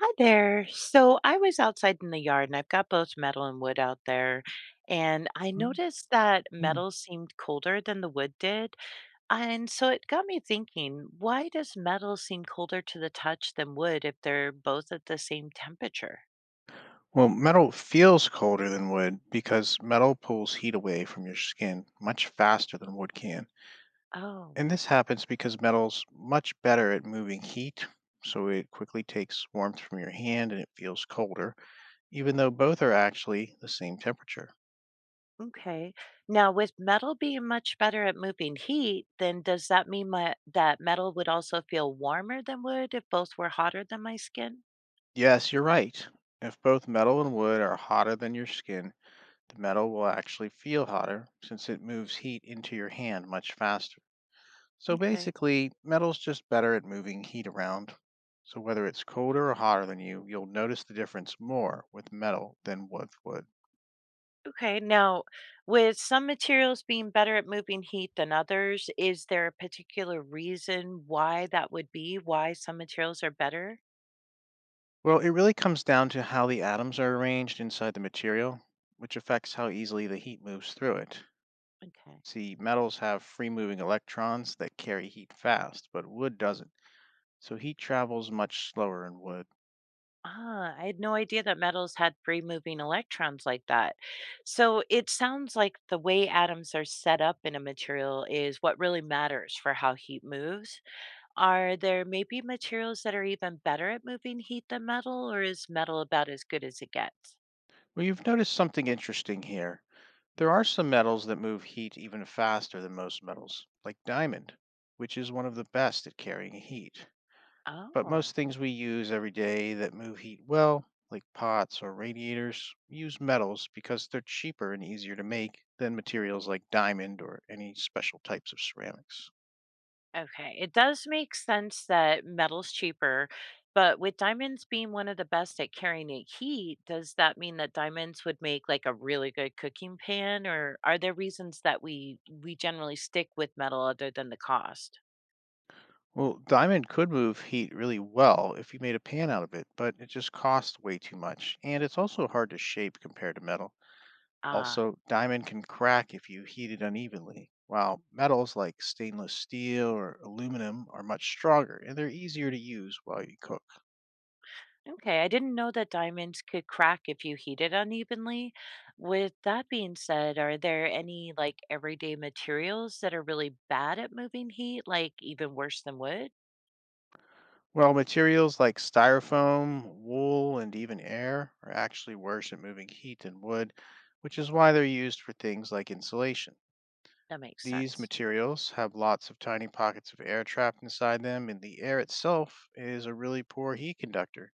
Hi there. So I was outside in the yard and I've got both metal and wood out there. And I Mm, noticed that mm. metal seemed colder than the wood did. And so it got me thinking, why does metal seem colder to the touch than wood if they're both at the same temperature? Well, metal feels colder than wood because metal pulls heat away from your skin much faster than wood can. Oh, And this happens because metal's much better at moving heat, so it quickly takes warmth from your hand and it feels colder, even though both are actually the same temperature. okay. Now, with metal being much better at moving heat, then does that mean my, that metal would also feel warmer than wood if both were hotter than my skin? Yes, you're right. If both metal and wood are hotter than your skin, the metal will actually feel hotter since it moves heat into your hand much faster. So Okay. basically, metal's just better at moving heat around. So whether it's colder or hotter than you, you'll notice the difference more with metal than with wood. Okay, now with some materials being better at moving heat than others, is there a particular reason why that would be? Why some materials are better? Well, it really comes down to how the atoms are arranged inside the material, which affects how easily the heat moves through it. Okay. See, metals have free moving electrons that carry heat fast, but wood doesn't. So heat travels much slower in wood. Ah, I had no idea that metals had free moving electrons like that. So it sounds like the way atoms are set up in a material is what really matters for how heat moves. Are there maybe materials that are even better at moving heat than metal, or is metal about as good as it gets? Well, you've noticed something interesting here. There are some metals that move heat even faster than most metals, like diamond, which is one of the best at carrying heat. But most Oh. things we use every day that move heat well, like pots or radiators, use metals because they're cheaper and easier to make than materials like diamond or any special types of ceramics. Okay, it does make sense that metal's cheaper, but with diamonds being one of the best at carrying a heat, does that mean that diamonds would make like a really good cooking pan, or are there reasons that we generally stick with metal other than the cost? Well, diamond could move heat really well if you made a pan out of it, but it just costs way too much, and it's also hard to shape compared to metal. Ah, Also, diamond can crack if you heat it unevenly, while metals like stainless steel or aluminum are much stronger and they're easier to use while you cook. okay, I didn't know that diamonds could crack if you heat it unevenly. With that being said, are there any like everyday materials that are really bad at moving heat, like even worse than wood? While materials like styrofoam, wool, and even air are actually worse at moving heat than wood, which is why they're used for things like insulation. That makes These sense. materials have lots of tiny pockets of air trapped inside them, and the air itself is a really poor heat conductor,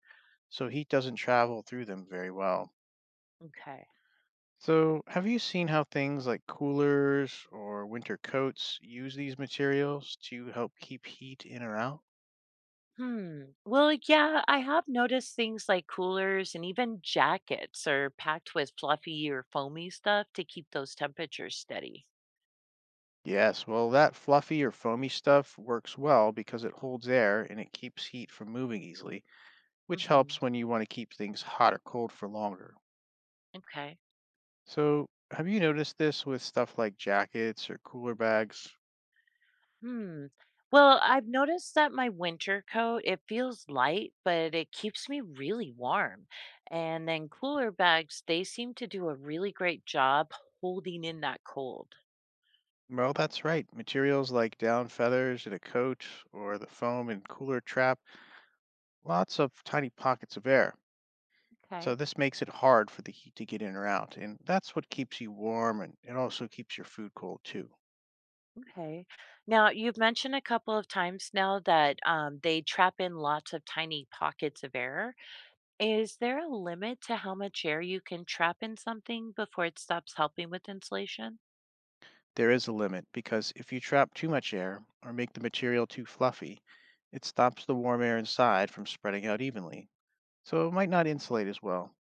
so heat doesn't travel through them very well. Okay. So, have you seen how things like coolers or winter coats use these materials to help keep heat in or out? Hmm. Well, yeah, I have noticed things like coolers and even jackets are packed with fluffy or foamy stuff to keep those temperatures steady. Yes, well, that fluffy or foamy stuff works well because it holds air and it keeps heat from moving easily, which Hmm. helps when you want to keep things hot or cold for longer. Okay. So, have you noticed this with stuff like jackets or cooler bags? Hmm. Well, I've noticed that my winter coat, it feels light, but it keeps me really warm. And then cooler bags, they seem to do a really great job holding in that cold. Well, that's right. Materials like down feathers in a coat or the foam and cooler trap lots of tiny pockets of air. So Okay. this makes it hard for the heat to get in or out, and that's what keeps you warm and it also keeps your food cold too. Okay. Now, you've mentioned a couple of times now that they trap in lots of tiny pockets of air. Is there a limit to how much air you can trap in something before it stops helping with insulation? There is a limit because if you trap too much air or make the material too fluffy, it stops the warm air inside from spreading out evenly. So it might not insulate as well.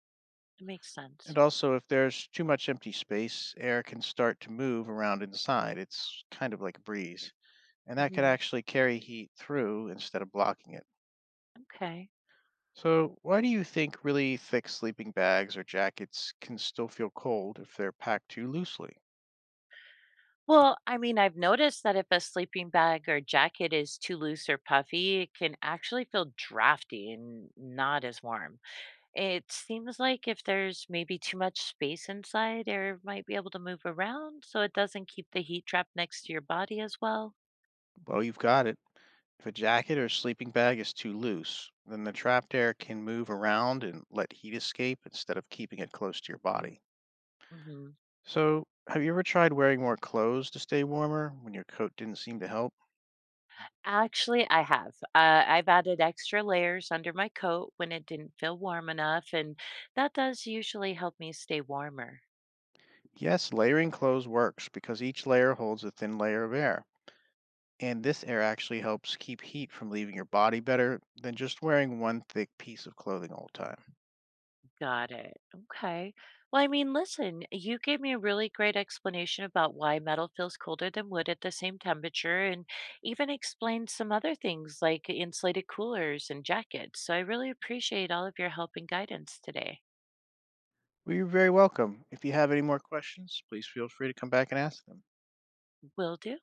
It makes sense. And also, if there's too much empty space, air can start to move around inside. It's kind of like a breeze. And that could Hmm. actually carry heat through instead of blocking it. Okay. So, why do you think really thick sleeping bags or jackets can still feel cold if they're packed too loosely? Well, I mean, I've noticed that if a sleeping bag or jacket is too loose or puffy, it can actually feel drafty and not as warm. It seems like if there's maybe too much space inside, air might be able to move around so it doesn't keep the heat trapped next to your body as well. Well, you've got it. If a jacket or sleeping bag is too loose, then the trapped air can move around and let heat escape instead of keeping it close to your body. Mhm. So, have you ever tried wearing more clothes to stay warmer when your coat didn't seem to help? Actually, I have. I've added extra layers under my coat when it didn't feel warm enough, and that does usually help me stay warmer. Yes, layering clothes works because each layer holds a thin layer of air, and this air actually helps keep heat from leaving your body better than just wearing one thick piece of clothing all the time. Got it. Okay. Well, I mean, listen, you gave me a really great explanation about why metal feels colder than wood at the same temperature, and even explained some other things like insulated coolers and jackets. So I really appreciate all of your help and guidance today. Well, you're very welcome. If you have any more questions, please feel free to come back and ask them. Will do.